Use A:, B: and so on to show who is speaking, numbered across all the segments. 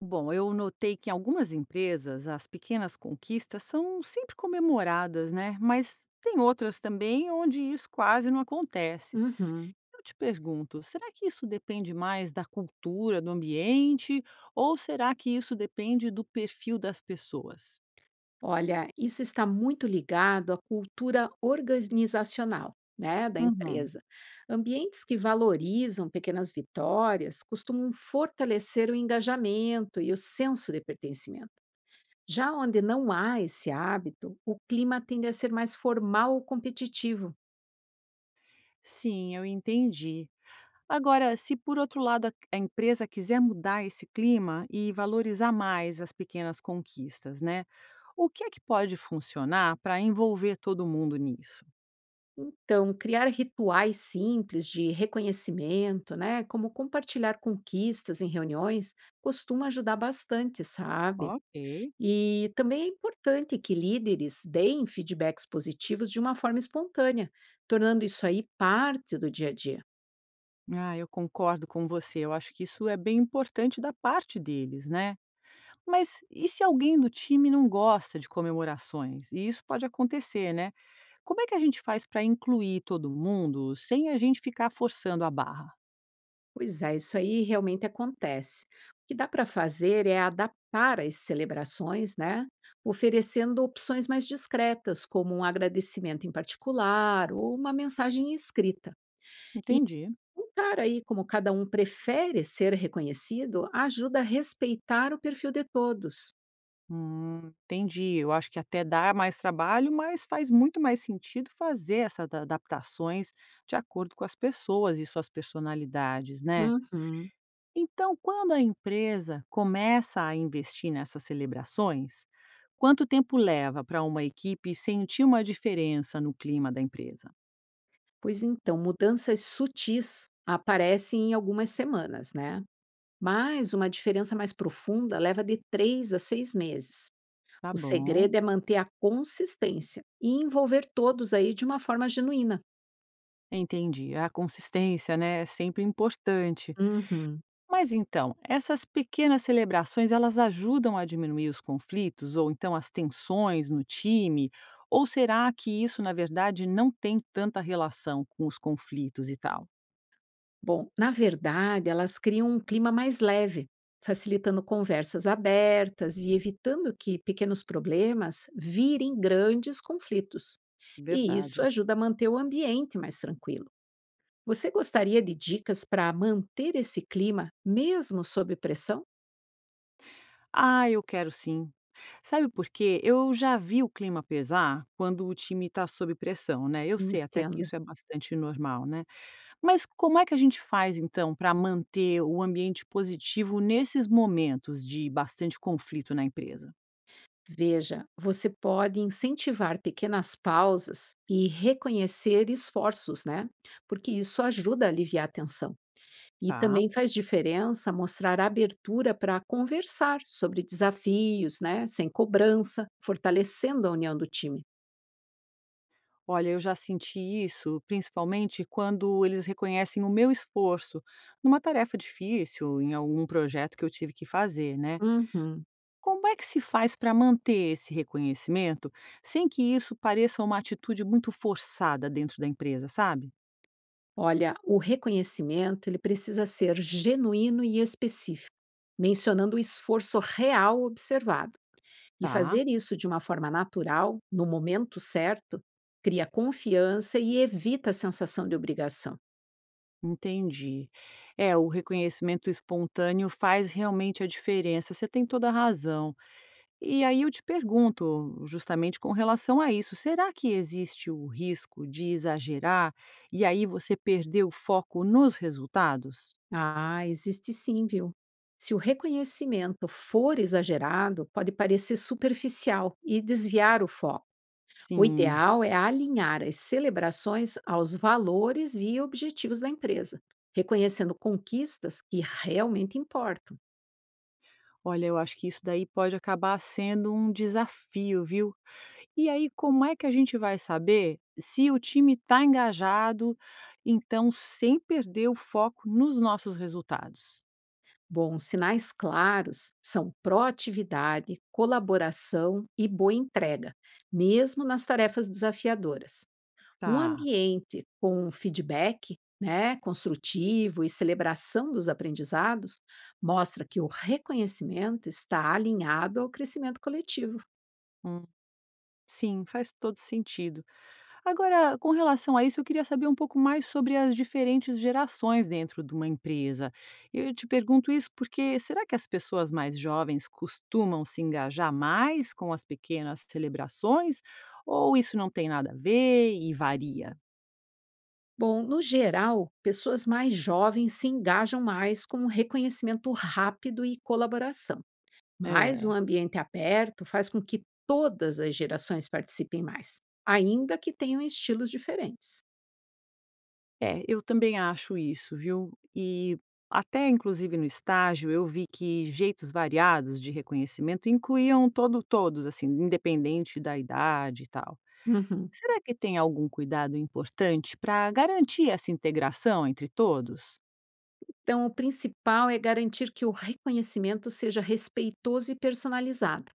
A: Bom, eu notei que em algumas empresas as pequenas conquistas são sempre comemoradas, né? Mas tem outras também onde isso quase não acontece.
B: Uhum.
A: Eu te pergunto, será que isso depende mais da cultura, do ambiente, ou será que isso depende do perfil das pessoas?
B: Olha, isso está muito ligado à cultura organizacional, né, da
A: Uhum.
B: empresa. Ambientes que valorizam pequenas vitórias costumam fortalecer o engajamento e o senso de pertencimento. Já onde não há esse hábito, o clima tende a ser mais formal ou competitivo.
A: Sim, eu entendi. Agora, se por outro lado a empresa quiser mudar esse clima e valorizar mais as pequenas conquistas, né? O que é que pode funcionar para envolver todo mundo nisso?
B: Então, criar rituais simples de reconhecimento, né, como compartilhar conquistas em reuniões, costuma ajudar bastante, sabe?
A: Ok.
B: E também é importante que líderes deem feedbacks positivos de uma forma espontânea, tornando isso aí parte do dia a dia.
A: Ah, eu concordo com você. Eu acho que isso é bem importante da parte deles, né? Mas e se alguém do time não gosta de comemorações? E isso pode acontecer, né? Como é que a gente faz para incluir todo mundo sem a gente ficar forçando a barra?
B: Pois é, isso aí realmente acontece. O que dá para fazer é adaptar as celebrações, né? Oferecendo opções mais discretas, como um agradecimento em particular ou uma mensagem escrita. E
A: Entendi.
B: contar aí como cada um prefere ser reconhecido ajuda a respeitar o perfil de todos.
A: Entendi. Eu acho que até dá mais trabalho, mas faz muito mais sentido fazer essas a adaptações de acordo com as pessoas e suas personalidades, né?
B: Uhum.
A: Então, quando a empresa começa a investir nessas celebrações, quanto tempo leva para uma equipe sentir uma diferença no clima da empresa?
B: Pois então, mudanças sutis aparecem em algumas semanas, né? Mas uma diferença mais profunda leva de 3 a 6 meses.
A: Tá
B: O
A: bom,
B: segredo é manter a consistência e envolver todos aí de uma forma genuína.
A: entendi. A consistência, né, é sempre importante.
B: Uhum.
A: Mas então, essas pequenas celebrações, elas ajudam a diminuir os conflitos ou então as tensões no time? Ou será que isso, na verdade, não tem tanta relação com os conflitos e tal?
B: Bom, na verdade, elas criam um clima mais leve, facilitando conversas abertas e evitando que pequenos problemas virem grandes conflitos. E isso
A: Verdade.
B: ajuda a manter o ambiente mais tranquilo. Você gostaria de dicas para manter esse clima mesmo sob pressão?
A: Ah, eu quero sim. Sabe por quê? Eu já vi o clima pesar quando o time está sob pressão, né? Eu sei até que
B: Entendo.
A: isso é bastante normal, né? Mas como é que a gente faz então para manter o ambiente positivo nesses momentos de bastante conflito na empresa?
B: Veja, você pode incentivar pequenas pausas e reconhecer esforços, né? Porque isso ajuda a aliviar a tensão. E
A: Tá?
B: também faz diferença mostrar abertura para conversar sobre desafios, né? Sem cobrança, fortalecendo a união do time.
A: Olha, eu já senti isso, principalmente quando eles reconhecem o meu esforço numa tarefa difícil, em algum projeto que eu tive que fazer, né?
B: Uhum.
A: Como é que se faz para manter esse reconhecimento sem que isso pareça uma atitude muito forçada dentro da empresa, sabe?
B: Olha, o reconhecimento ele precisa ser genuíno e específico, mencionando o esforço real observado. E
A: Tá,
B: fazer isso de uma forma natural, no momento certo, cria confiança e evita a sensação de obrigação.
A: entendi. É, o reconhecimento espontâneo faz realmente a diferença. Você tem toda a razão. E aí eu te pergunto, justamente com relação a isso, será que existe o risco de exagerar e aí você perder o foco nos resultados?
B: Ah, existe sim, viu? Se o reconhecimento for exagerado, pode parecer superficial e desviar o foco. O
A: Sim.
B: ideal é alinhar as celebrações aos valores e objetivos da empresa, reconhecendo conquistas que realmente importam.
A: Olha, eu acho que isso daí pode acabar sendo um desafio, viu? E aí, como é que a gente vai saber se o time está engajado, então, sem perder o foco nos nossos resultados?
B: Bom, sinais claros são proatividade, colaboração e boa entrega, mesmo nas tarefas desafiadoras. Um
A: Tá.
B: ambiente com feedback, né, construtivo e celebração dos aprendizados mostra que o reconhecimento está alinhado ao crescimento coletivo.
A: Hum, sim, faz todo sentido. Agora, com relação a isso, eu queria saber um pouco mais sobre as diferentes gerações dentro de uma empresa. Eu te pergunto isso porque será que as pessoas mais jovens costumam se engajar mais com as pequenas celebrações? Ou isso não tem nada a ver e varia?
B: Bom, no geral, pessoas mais jovens se engajam mais com o reconhecimento rápido e colaboração, mas um
A: É,
B: ambiente aberto faz com que todas as gerações participem mais, ainda que tenham estilos diferentes.
A: eu também acho isso, viu? E até inclusive no estágio eu vi que jeitos variados de reconhecimento incluíam todos, assim, independente da idade e tal.
B: Uhum.
A: Será que tem algum cuidado importante para garantir essa integração entre todos?
B: Então, o principal é garantir que o reconhecimento seja respeitoso e personalizado,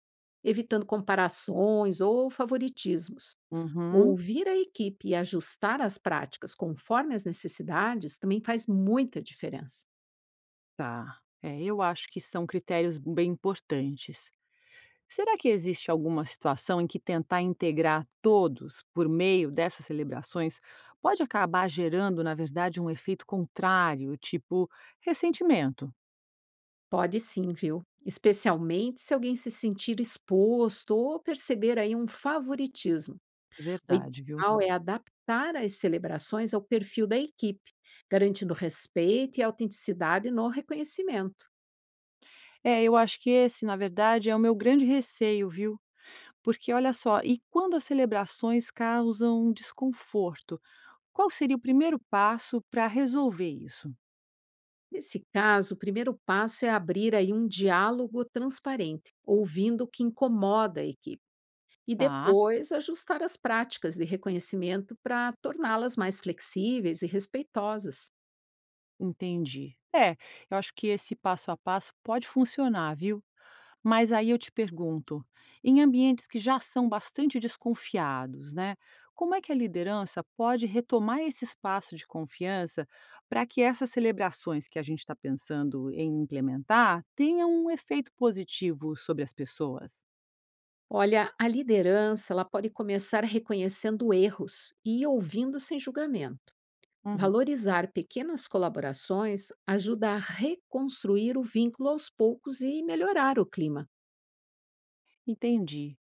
B: evitando comparações ou favoritismos.
A: Uhum,
B: Ouvir a equipe e ajustar as práticas conforme as necessidades também faz muita diferença.
A: tá. É, eu acho que são critérios bem importantes. Será que existe alguma situação em que tentar integrar todos por meio dessas celebrações pode acabar gerando, na verdade, um efeito contrário, tipo ressentimento?
B: Pode sim, viu? Especialmente se alguém se sentir exposto ou perceber aí um favoritismo. O
A: Verdade, viu?
B: ideal é adaptar as celebrações ao perfil da equipe, garantindo respeito e autenticidade no reconhecimento.
A: É, eu acho que esse, na verdade, é o meu grande receio, viu? Porque olha só, e quando as celebrações causam desconforto? Qual seria o primeiro passo para resolver isso?
B: Nesse caso, o primeiro passo é abrir aí um diálogo transparente, ouvindo o que incomoda a equipe. E
A: Tá,
B: depois ajustar as práticas de reconhecimento para torná-las mais flexíveis e respeitosas.
A: entendi. É, eu acho que esse passo a passo pode funcionar, viu? Mas aí eu te pergunto, em ambientes que já são bastante desconfiados, né? Como é que a liderança pode retomar esse espaço de confiança para que essas celebrações que a gente está pensando em implementar tenham um efeito positivo sobre as pessoas?
B: Olha, a liderança ela pode começar reconhecendo erros e ouvindo sem julgamento.
A: Uhum.
B: Valorizar pequenas colaborações ajuda a reconstruir o vínculo aos poucos e melhorar o clima.
A: Entendi.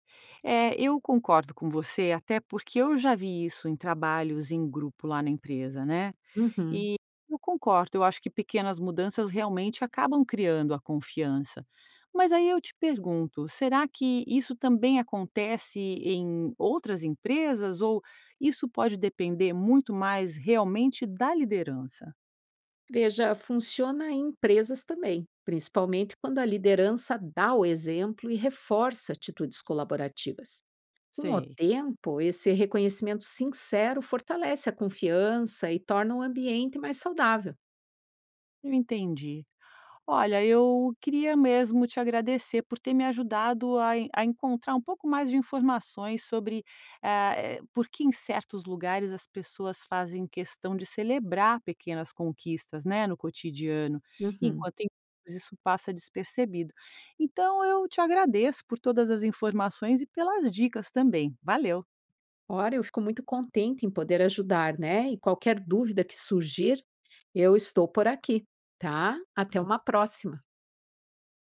A: É, eu concordo com você, até porque eu já vi isso em trabalhos em grupo lá na empresa, né?
B: Uhum.
A: E eu concordo, eu acho que pequenas mudanças realmente acabam criando a confiança. Mas aí eu te pergunto, será que isso também acontece em outras empresas ou isso pode depender muito mais realmente da liderança?
B: Veja, funciona em empresas também, principalmente quando a liderança dá o exemplo e reforça atitudes colaborativas. Com o
A: Sei,
B: tempo, esse reconhecimento sincero fortalece a confiança e torna o ambiente mais saudável.
A: eu entendi. Olha, eu queria mesmo te agradecer por ter me ajudado a en a encontrar um pouco mais de informações sobre, por que em certos lugares as pessoas fazem questão de celebrar pequenas conquistas, né, no cotidiano,
B: Uhum.
A: enquanto em outros isso passa despercebido. Então eu te agradeço por todas as informações e pelas dicas também. Valeu.
B: Ora, eu fico muito contente em poder ajudar, né? E qualquer dúvida que surgir, eu estou por aqui, tá? Até uma próxima.